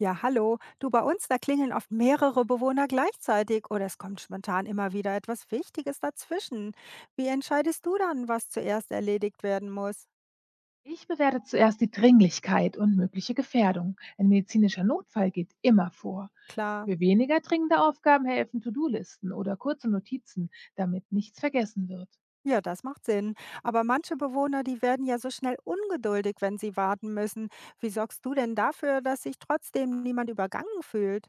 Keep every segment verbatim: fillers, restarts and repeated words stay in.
Ja, hallo. Du, bei uns, da klingeln oft mehrere Bewohner gleichzeitig oder es kommt spontan immer wieder etwas Wichtiges dazwischen. Wie entscheidest du dann, was zuerst erledigt werden muss? Ich bewerte zuerst die Dringlichkeit und mögliche Gefährdung. Ein medizinischer Notfall geht immer vor. Klar, Für weniger dringende Aufgaben helfen To-Do-Listen oder kurze Notizen, damit nichts vergessen wird. ja, das macht Sinn. Aber manche Bewohner, die werden ja so schnell ungeduldig, wenn sie warten müssen. Wie sorgst du denn dafür, dass sich trotzdem niemand übergangen fühlt?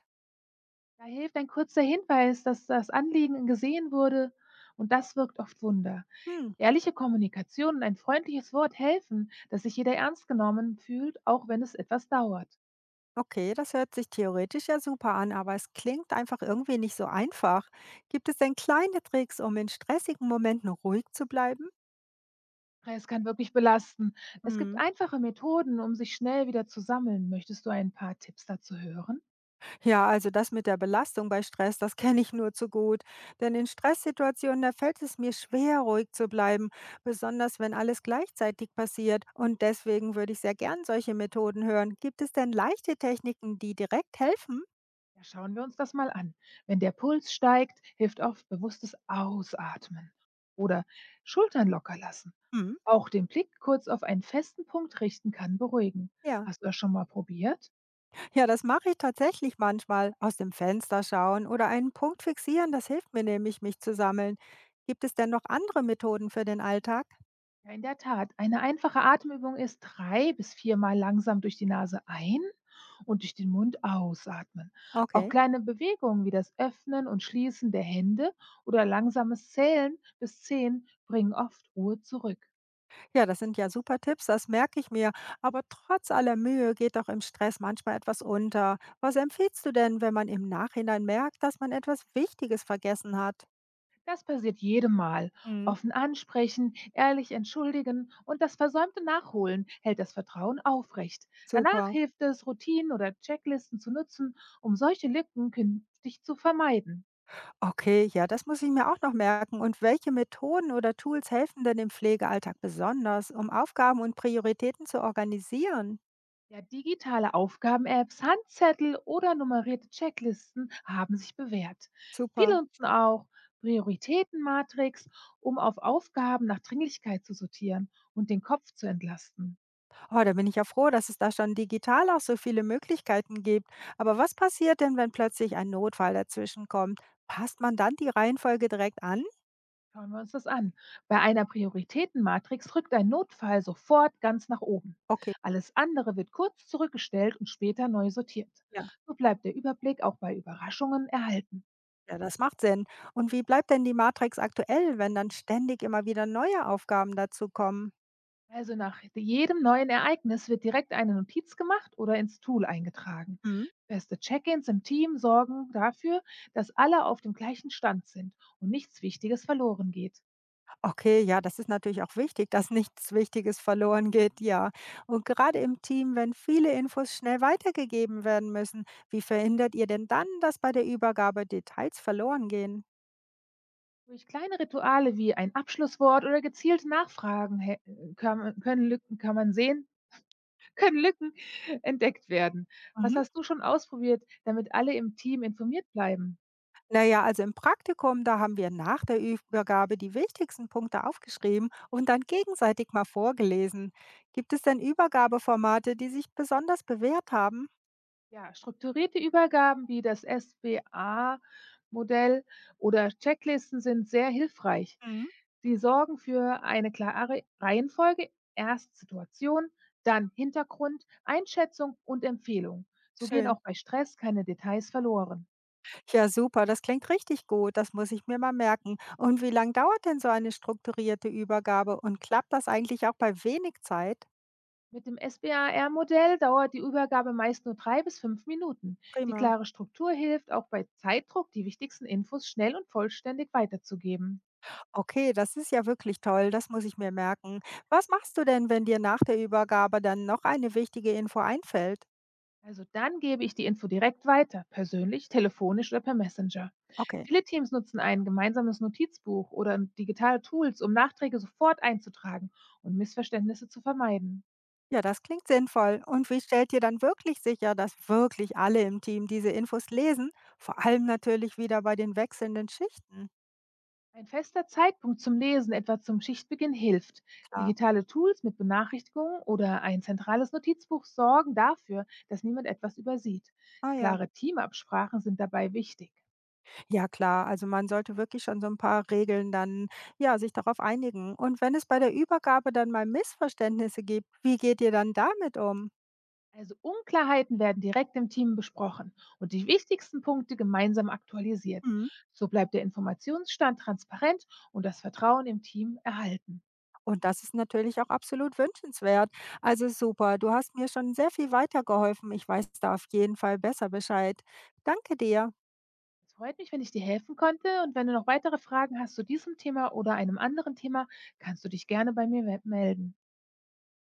Da hilft ein kurzer Hinweis, dass das Anliegen gesehen wurde und das wirkt oft Wunder. Hm. Ehrliche Kommunikation und ein freundliches Wort helfen, dass sich jeder ernst genommen fühlt, auch wenn es etwas dauert. Okay, das hört sich theoretisch ja super an, aber es klingt einfach irgendwie nicht so einfach. Gibt es denn kleine Tricks, um in stressigen Momenten ruhig zu bleiben? Stress kann wirklich belasten. Es gibt Hm. einfache Methoden, um sich schnell wieder zu sammeln. Möchtest du ein paar Tipps dazu hören? Ja, also das mit der Belastung bei Stress, das kenne ich nur zu gut. Denn in Stresssituationen, da fällt es mir schwer, ruhig zu bleiben, besonders wenn alles gleichzeitig passiert. Und deswegen würde ich sehr gern solche Methoden hören. Gibt es denn leichte Techniken, die direkt helfen? Ja, schauen wir uns das mal an. Wenn der Puls steigt, hilft oft bewusstes Ausatmen oder Schultern locker lassen. Mhm. Auch den Blick kurz auf einen festen Punkt richten kann beruhigen. Ja, Hast du das schon mal probiert? ja, das mache ich tatsächlich manchmal. Aus dem Fenster schauen oder einen Punkt fixieren, das hilft mir nämlich, mich zu sammeln. Gibt es denn noch andere Methoden für den Alltag? Ja, in der Tat. Eine einfache Atemübung ist drei bis viermal langsam durch die Nase ein und durch den Mund ausatmen. Auch Okay. kleine Bewegungen wie das Öffnen und Schließen der Hände oder langsames Zählen bis zehn bringen oft Ruhe zurück. Ja, das sind ja super Tipps, das merke ich mir. Aber trotz aller Mühe geht doch im Stress manchmal etwas unter. Was empfiehlst du denn, wenn man im Nachhinein merkt, dass man etwas Wichtiges vergessen hat? Das passiert jedem Mal. Mhm. Offen ansprechen, ehrlich entschuldigen und das versäumte Nachholen hält das Vertrauen aufrecht. Danach Super. hilft es, Routinen oder Checklisten zu nutzen, um solche Lücken künftig zu vermeiden. Okay, ja, das muss ich mir auch noch merken. Und welche Methoden oder Tools helfen denn im Pflegealltag besonders, um Aufgaben und Prioritäten zu organisieren? Ja, digitale Aufgaben-Apps, Handzettel oder nummerierte Checklisten haben sich bewährt. Super. Viele nutzen auch Prioritätenmatrix, um auf Aufgaben nach Dringlichkeit zu sortieren und den Kopf zu entlasten. Oh, da bin ich ja froh, dass es da schon digital auch so viele Möglichkeiten gibt. Aber was passiert denn, wenn plötzlich ein Notfall dazwischen kommt? Passt man dann die Reihenfolge direkt an? Schauen wir uns das an. Bei einer Prioritätenmatrix rückt ein Notfall sofort ganz nach oben. Okay, Alles andere wird kurz zurückgestellt und später neu sortiert. ja, So bleibt der Überblick auch bei Überraschungen erhalten. ja, das macht Sinn. Und wie bleibt denn die Matrix aktuell, wenn dann ständig immer wieder neue Aufgaben dazukommen? Also nach jedem neuen Ereignis wird direkt eine Notiz gemacht oder ins Tool eingetragen. Hm? Feste Check-ins im Team sorgen dafür, dass alle auf dem gleichen Stand sind und nichts Wichtiges verloren geht. Okay, ja, das ist natürlich auch wichtig, dass nichts Wichtiges verloren geht, ja. Und gerade im Team, wenn viele Infos schnell weitergegeben werden müssen, wie verhindert ihr denn dann, dass bei der Übergabe Details verloren gehen? Durch kleine Rituale wie ein Abschlusswort oder gezielte Nachfragen hä- äh, kann, können Lücken kann man sehen, Können Lücken entdeckt werden. Was Mhm. hast du schon ausprobiert, damit alle im Team informiert bleiben? Na ja, also im Praktikum, da haben wir nach der Übergabe die wichtigsten Punkte aufgeschrieben und dann gegenseitig mal vorgelesen. Gibt es denn Übergabeformate, die sich besonders bewährt haben? Ja, strukturierte Übergaben wie das S B A-Modell oder Checklisten sind sehr hilfreich. Mhm. Sie sorgen für eine klare Reihenfolge, erst Situation, dann Hintergrund, Einschätzung und Empfehlung. So gehen Schön. auch bei Stress keine Details verloren. Ja, super, das klingt richtig gut, das muss ich mir mal merken. Und wie lange dauert denn so eine strukturierte Übergabe und klappt das eigentlich auch bei wenig Zeit? Mit dem S B A R-Modell dauert die Übergabe meist nur drei bis fünf Minuten. Die Prima. klare Struktur hilft, auch bei Zeitdruck die wichtigsten Infos schnell und vollständig weiterzugeben. Okay, das ist ja wirklich toll, das muss ich mir merken. Was machst du denn, wenn dir nach der Übergabe dann noch eine wichtige Info einfällt? Also dann gebe ich die Info direkt weiter, persönlich, telefonisch oder per Messenger. Okay. Viele Teams nutzen ein gemeinsames Notizbuch oder digitale Tools, um Nachträge sofort einzutragen und Missverständnisse zu vermeiden. Ja, das klingt sinnvoll. Und wie stellt ihr dann wirklich sicher, dass wirklich alle im Team diese Infos lesen? Vor allem natürlich wieder bei den wechselnden Schichten. Ein fester Zeitpunkt zum Lesen, etwa zum Schichtbeginn, hilft. Klar. Digitale Tools mit Benachrichtigungen oder ein zentrales Notizbuch sorgen dafür, dass niemand etwas übersieht. Ah ja. Klare Teamabsprachen sind dabei wichtig. Ja, klar. Also man sollte wirklich schon so ein paar Regeln dann, ja, sich darauf einigen. Und wenn es bei der Übergabe dann mal Missverständnisse gibt, wie geht ihr dann damit um? Also Unklarheiten werden direkt im Team besprochen und die wichtigsten Punkte gemeinsam aktualisiert. Mhm. So bleibt der Informationsstand transparent und das Vertrauen im Team erhalten. Und das ist natürlich auch absolut wünschenswert. Also super, du hast mir schon sehr viel weitergeholfen. Ich weiß da auf jeden Fall besser Bescheid. Danke dir. Es freut mich, wenn ich dir helfen konnte, und wenn du noch weitere Fragen hast zu diesem Thema oder einem anderen Thema, kannst du dich gerne bei mir we- melden.